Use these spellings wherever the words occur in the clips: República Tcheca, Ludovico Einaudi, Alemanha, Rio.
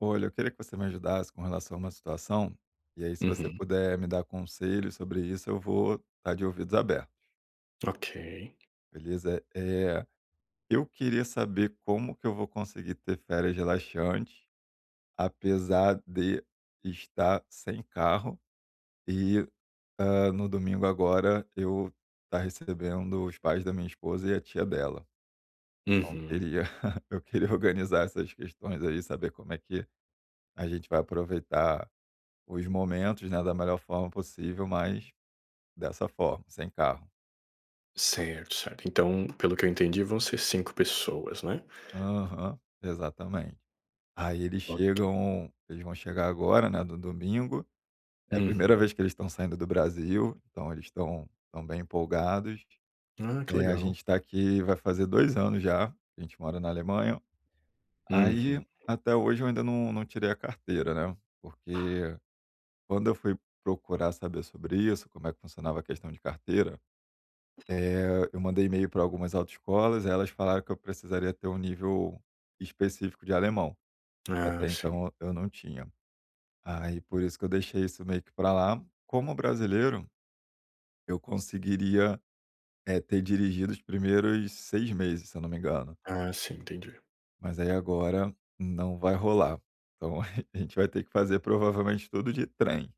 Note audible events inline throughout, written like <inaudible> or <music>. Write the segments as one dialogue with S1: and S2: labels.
S1: Olha, eu queria que você me ajudasse com relação a uma situação, e aí se você
S2: Uhum,
S1: puder me dar conselhos sobre isso, eu vou estar de ouvidos abertos,
S2: ok.
S1: beleza? Eu queria saber como que eu vou conseguir ter férias relaxantes, apesar de estar sem carro e, no domingo agora eu tá recebendo os pais da minha esposa e a tia dela. Então eu
S2: Uhum.
S1: queria <laughs> eu queria organizar essas questões aí, saber como é que a gente vai aproveitar os momentos, né, da melhor forma possível, mas dessa forma, sem carro.
S2: Certo, certo. Então, pelo que eu entendi, vão ser 5 pessoas, né?
S1: Aham, exatamente. Aí eles
S2: Ok.
S1: chegam eles vão chegar agora, né, no domingo, é a primeira
S2: Uhum.
S1: vez que eles estão saindo do Brasil, então eles estão tão bem empolgados.
S2: Ah, que
S1: A
S2: legal.
S1: gente está aqui vai fazer 2 anos já, a gente mora na Alemanha.
S2: Uhum.
S1: Aí, até hoje eu ainda não tirei a carteira, né, porque quando eu fui procurar saber sobre isso, como é que funcionava a questão de carteira. Eu mandei e-mail para algumas autoescolas, aí elas falaram que eu precisaria ter um nível específico de alemão, que
S2: Ah,
S1: até
S2: sim.
S1: então eu não tinha. Aí por isso que eu deixei isso meio que para lá. Como brasileiro, eu conseguiria, ter dirigido os primeiros 6 meses, se eu não me engano,
S2: Ah, sim, entendi.
S1: mas aí agora não vai rolar. Então <laughs> a gente vai ter que fazer provavelmente tudo de trem.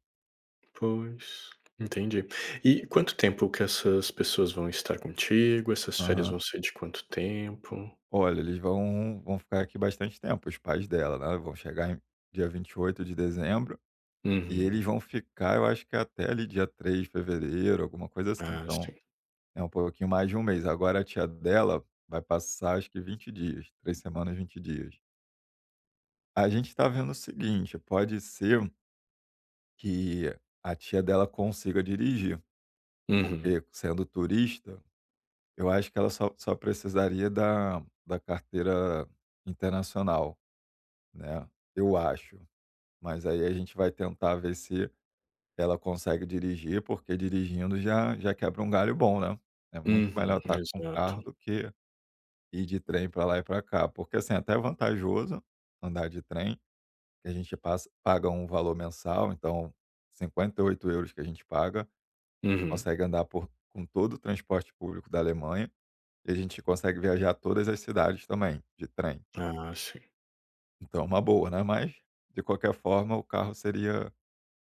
S2: Pois, entendi. E quanto tempo que essas pessoas vão estar contigo? Essas férias
S1: Aham.
S2: vão ser de quanto tempo?
S1: Olha, eles vão ficar aqui bastante tempo, os pais dela, né, vão chegar em dia 28 de dezembro. E eles
S2: Uhum.
S1: vão ficar, eu acho que até ali dia 3 de fevereiro, alguma coisa assim,
S2: Ah,
S1: então
S2: sim.
S1: é um pouquinho mais de um mês. Agora a tia dela vai passar acho que 20 dias, 3 semanas, 20 dias. A gente está vendo o seguinte, pode ser que a tia dela consiga dirigir,
S2: Uhum.
S1: porque sendo turista, eu acho que ela só precisaria da carteira internacional, né, eu acho. Mas aí a gente vai tentar ver se ela consegue dirigir, porque dirigindo já quebra um galho bom, né. É muito melhor
S2: Uhum.
S1: estar com carro
S2: Exato.
S1: do que ir de trem para lá e para cá, porque, assim, até é vantajoso andar de trem, que a gente passa paga um valor mensal, então 58 euros que a gente paga, a gente
S2: Uhum.
S1: consegue andar por com todo o transporte público da Alemanha, e a gente consegue viajar todas as cidades também, de trem.
S2: Ah, sim.
S1: Então é uma boa, né, mas, de qualquer forma, o carro seria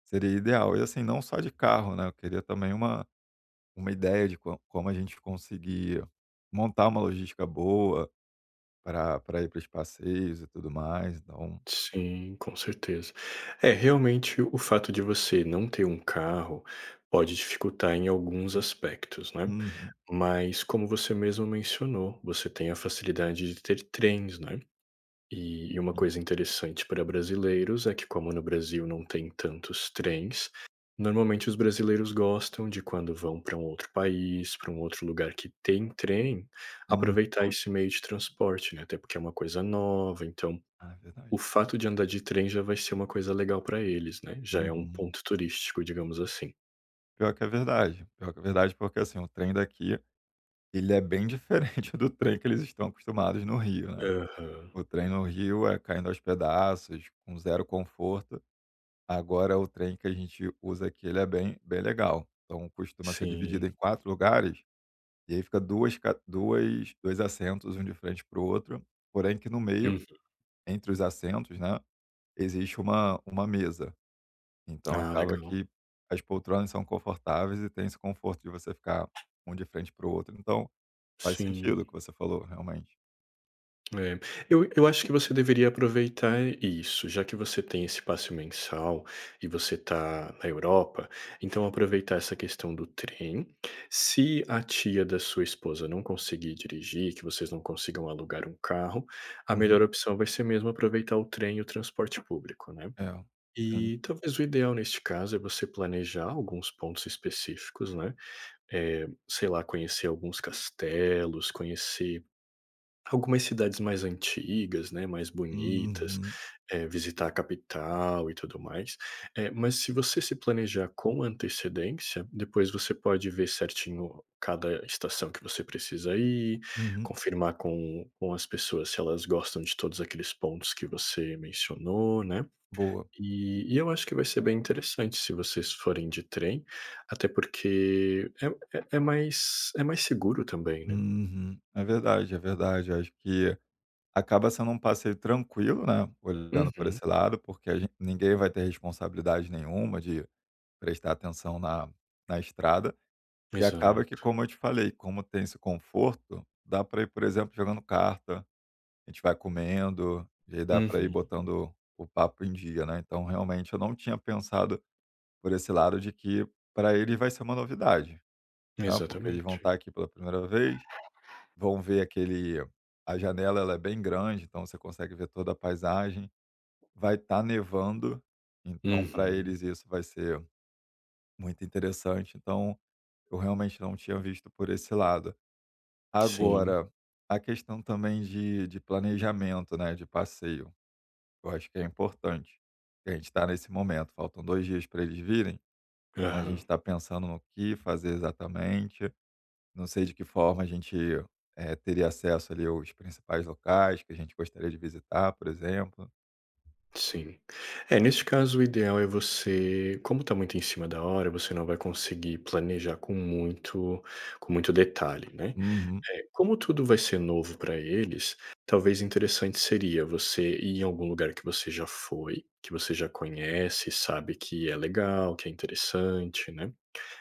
S1: seria ideal. E, assim, não só de carro, né, eu queria também uma ideia de co como a gente conseguir montar uma logística boa para pra ir para os passeios e tudo mais, então
S2: Sim, com certeza. É, realmente o fato de você não ter um carro pode dificultar em alguns aspectos, né.
S1: uhum,
S2: Mas como você mesmo mencionou, você tem a facilidade de ter trens, né. E uma
S1: sim,
S2: coisa interessante para brasileiros é que como no Brasil não tem tantos trens, normalmente os brasileiros gostam de quando vão para um outro país, para um outro lugar que tem trem,
S1: uhum.
S2: aproveitar esse meio de transporte, né, até porque é uma coisa nova, então
S1: Ah, é
S2: o
S1: verdade.
S2: fato de andar de trem já vai ser uma coisa legal pra eles, né, já é um
S1: Uhum.
S2: ponto turístico, digamos assim.
S1: Pior que é verdade, pior que é verdade, porque, assim, o trem daqui, ele é bem <laughs> diferente do trem que eles estão acostumados no Rio, né.
S2: Aham.
S1: O trem no Rio é caindo aos pedaços, com zero conforto, agora o trem que a gente usa aqui, ele é bem legal. Então costuma ser
S2: Sim.
S1: dividido em 4 lugares. E aí fica duas ca duas 2 assentos um de frente para o outro, porém que no meio,
S2: Hum.
S1: entre os assentos, né, existe uma mesa. Então
S2: Ah,
S1: acaba
S2: legal.
S1: que as poltronas são confortáveis e tem esse conforto de você ficar um de frente para o outro. Então, faz
S2: Sim.
S1: sentido o que você falou, realmente.
S2: É. Eu acho que você deveria aproveitar isso, já que você tem esse passe mensal e você está na Europa, então aproveitar essa questão do trem. Se a tia da sua esposa não conseguir dirigir, que vocês não consigam alugar um carro, a melhor
S1: Uhum.
S2: opção vai ser mesmo aproveitar o trem e o transporte público, né.
S1: É, sim.
S2: E talvez o ideal neste caso é você planejar alguns pontos específicos, né? Sei lá, conhecer alguns castelos, conhecer algumas cidades mais antigas, né? Mais bonitas,
S1: Uhum,
S2: visitar a capital e tudo mais. Mas se você se planejar com antecedência, depois você pode ver certinho cada estação que você precisa ir,
S1: uhum.
S2: confirmar com as pessoas se elas gostam de todos aqueles pontos que você mencionou, né?
S1: Boa.
S2: E eu acho que vai ser bem interessante se vocês forem de trem, até porque é mais seguro também, né.
S1: Uhum. É verdade, é verdade. Acho que acaba sendo um passeio tranquilo, né, olhando por
S2: Uhum,
S1: esse lado, porque a gen ninguém vai ter responsabilidade nenhuma de prestar atenção na estrada. E acaba que,
S2: exato.
S1: como eu te falei, como tem esse conforto, dá para ir, por exemplo, jogando carta, a gente vai comendo, e aí dá para ir
S2: Uhum,
S1: botando o papo em dia, né. Então, realmente, eu não tinha pensado por esse lado de que para eles vai ser uma novidade, né, porque eles vão
S2: exatamente.
S1: estar aqui pela primeira vez, vão ver aquele a janela ela é bem grande, então você consegue ver toda a paisagem, vai estar nevando, então para
S2: Uhum,
S1: eles isso vai ser muito interessante. Então eu realmente não tinha visto por esse lado.
S2: sim.
S1: Agora, a questão também de planejamento, né, de passeio, eu acho que é importante. A gente está nesse momento, faltam dois dias para eles virem, então a gente
S2: Aham,
S1: está pensando no que fazer exatamente. Não sei de que forma a gente teria acesso ali aos principais locais que a gente gostaria de visitar, por exemplo.
S2: sim. É, neste caso, o ideal é você como está muito em cima da hora, você não vai conseguir planejar com muito detalhe, né.
S1: Uhum,
S2: É, como tudo vai ser novo para eles, talvez interessante seria você ir em algum lugar que você já foi, que você já conhece, sabe que é legal, que é interessante, né?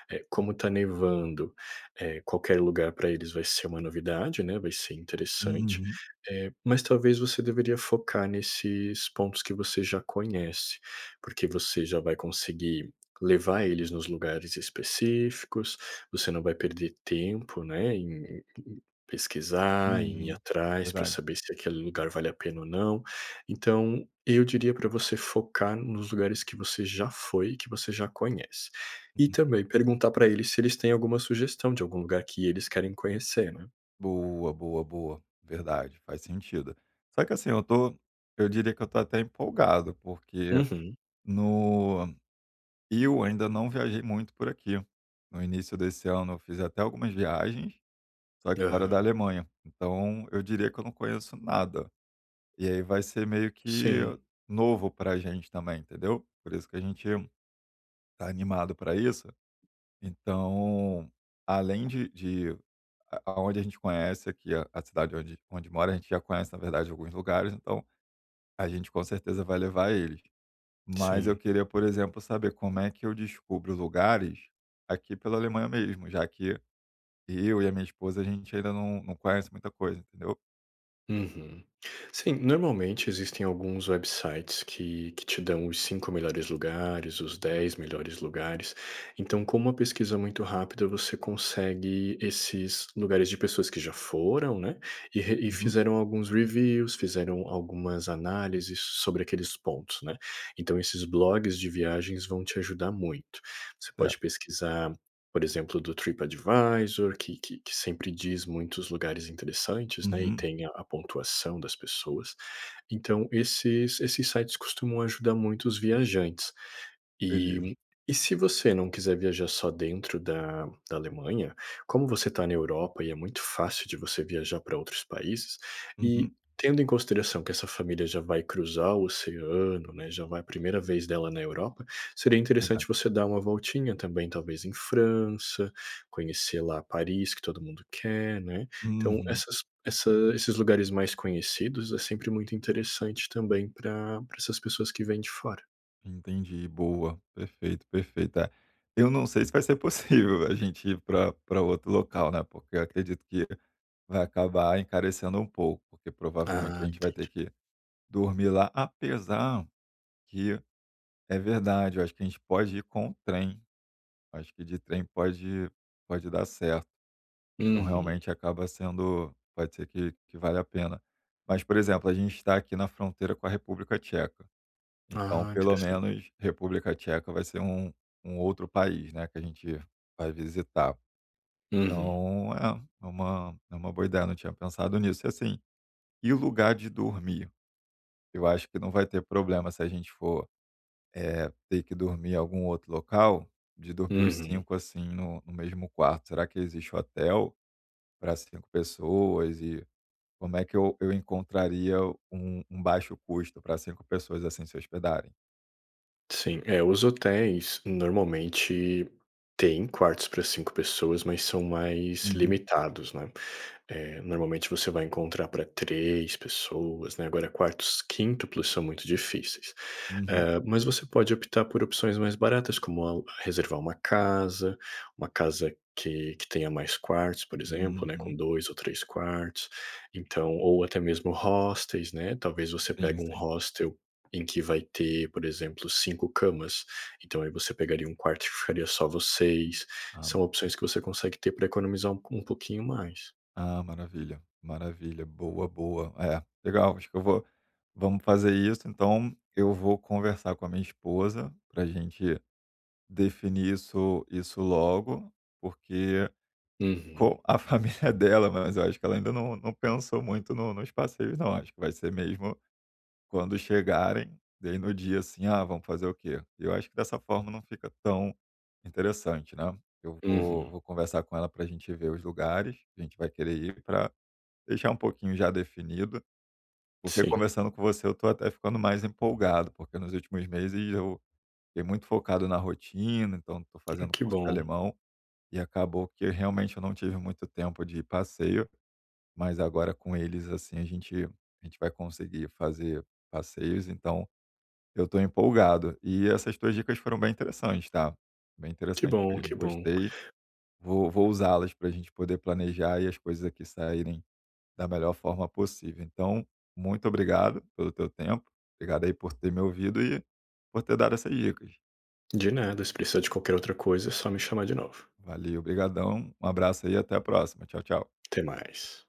S2: Como está nevando, qualquer lugar para eles vai ser uma novidade, né, vai ser interessante,
S1: uhum,
S2: mas talvez você deveria focar nesses pontos que você já conhece, porque você já vai conseguir levar eles nos lugares específicos, você não vai perder tempo, né, em pesquisar, em ir
S1: uhum.
S2: atrás para
S1: Verdade.
S2: saber se aquele lugar vale a pena ou não. Então, eu diria para você focar nos lugares que você já foi e que você já conhece. E também perguntar pra eles se eles têm alguma sugestão de algum lugar que eles querem conhecer, né.
S1: Boa, boa, boa. Verdade, faz sentido. Só que assim, eu diria que eu tô até empolgado, porque
S2: Uhum.
S1: no eu ainda não viajei muito por aqui. No início desse ano eu fiz até algumas viagens, só que fora da
S2: Aham.
S1: Alemanha. Então, eu diria que eu não conheço nada. E aí vai ser meio que
S2: Sim,
S1: novo pra gente também, entendeu? Por isso que a gente tá animado pra isso. Então, além de a aonde a gente conhece aqui a cidade onde mora, a gente já conhece, na verdade, alguns lugares, então a gente com certeza vai levar eles. Mas eu
S2: sim.
S1: queria, por exemplo, saber como é que eu descubro lugares aqui pela Alemanha mesmo, já que eu e a minha esposa, a gente ainda não conhece muita coisa, entendeu?
S2: Uhum. Sim, normalmente existem alguns websites que te dão os 5 melhores lugares, os 10 melhores lugares. Então, com uma pesquisa muito rápida, você consegue esses lugares de pessoas que já foram, né? E, e
S1: Uhum,
S2: fizeram alguns reviews, fizeram algumas análises sobre aqueles pontos, né? Então, esses blogs de viagens vão te ajudar muito. Você pode
S1: certo.
S2: pesquisar por exemplo, do TripAdvisor, que sempre diz muitos lugares interessantes, né, e
S1: Uhum,
S2: tem a pontuação das pessoas. Então esses sites costumam ajudar muito os viajantes.
S1: beleza.
S2: E e se você não quiser viajar só dentro da Alemanha, como você está na Europa e é muito fácil de você viajar para outros países, e
S1: Uhum,
S2: tendo em consideração que essa família já vai cruzar o oceano, né, já vai a primeira vez dela na Europa, seria interessante
S1: verdade.
S2: você dar uma voltinha também, talvez em França, conhecer lá Paris, que todo mundo quer, né. Então
S1: Uhum,
S2: essas essa esses lugares mais conhecidos é sempre muito interessante também para essas pessoas que vêm de fora.
S1: entendi, boa. Perfeito, perfeito. É, eu não sei se vai ser possível a gente ir para pra outro local, né, porque eu acredito que vai acabar encarecendo um pouco, porque provavelmente
S2: Ah,
S1: a gente vai ter
S2: entendi.
S1: que dormir lá, apesar que é verdade, eu acho que a gente pode ir com o trem, acho que de trem pode dar certo. Então
S2: Uhum.
S1: realmente acaba sendo pode ser que vale a pena. Mas, por exemplo, a gente está aqui na fronteira com a República Tcheca, então
S2: Ah,
S1: pelo
S2: interessante.
S1: menos República Tcheca vai ser um outro país, né, que a gente vai visitar.
S2: Uhum,
S1: Então é é uma boa ideia, não tinha pensado nisso. E assim, e lugar de dormir? Eu acho que não vai ter problema se a gente for, ter que dormir em algum outro local, de dormir os
S2: uhum.
S1: 5, assim, no mesmo quarto. Será que existe hotel para 5 pessoas? E como é que eu encontraria um baixo custo para 5 pessoas, assim, se hospedarem?
S2: Sim, é, os hotéis normalmente têm quartos para 5 pessoas, mas são mais
S1: Uhum,
S2: limitados, né. Eh, normalmente você vai encontrar para 3 pessoas, né, agora quartos quíntuplos são muito difíceis.
S1: uhum,
S2: Mas você pode optar por opções mais baratas, como al reservar uma casa que tenha mais quartos, por exemplo, né, com
S1: uhum.
S2: 2 ou 3 quartos, então ou até mesmo hostels, né, talvez você
S1: Sim,
S2: pegue um
S1: sim.
S2: hostel em que vai ter, por exemplo, 5 camas, então aí você pegaria um quarto que ficaria só vocês,
S1: Ah,
S2: são
S1: boa.
S2: opções que você consegue ter para economizar um pouquinho mais.
S1: Ah, maravilha, maravilha. Boa, boa. É, legal, acho que eu vou vamos fazer isso, então eu vou conversar com a minha esposa para gente definir isso logo, porque
S2: Uhum,
S1: com a <laughs> família dela, mas eu acho que ela ainda não pensou muito nos passeios não, acho que vai ser mesmo quando chegarem, daí no dia assim: "Ah, vamos fazer o quê?". Eu acho que dessa forma não fica tão interessante, né. Eu vou
S2: uhum.
S1: vou conversar com ela para a gente ver os lugares que a gente vai querer ir para deixar um pouquinho já definido, porque
S2: Sim.
S1: conversando com você eu tô até ficando mais empolgado, porque nos últimos meses eu fiquei muito focado na rotina, então estou
S2: Ah,
S1: fazendo
S2: que
S1: curso de
S2: bom,
S1: alemão e acabou que realmente eu não tive muito tempo de passeio, mas agora com eles, assim, a gente vai conseguir fazer passeios, então eu tô empolgado. E essas tuas dicas foram bem interessantes, tá? Bem
S2: que
S1: interessante
S2: bom,
S1: mesmo,
S2: que bom.
S1: gostei. Vou usá-las para a gente poder planejar e as coisas aqui saírem da melhor forma possível. Então, muito obrigado pelo teu tempo, obrigado aí por ter me ouvido e por ter dado essas dicas.
S2: De nada, se precisar de qualquer outra coisa é só me chamar de novo.
S1: Valeu, obrigadão, um abraço aí e até a próxima. Tchau, tchau.
S2: Até mais.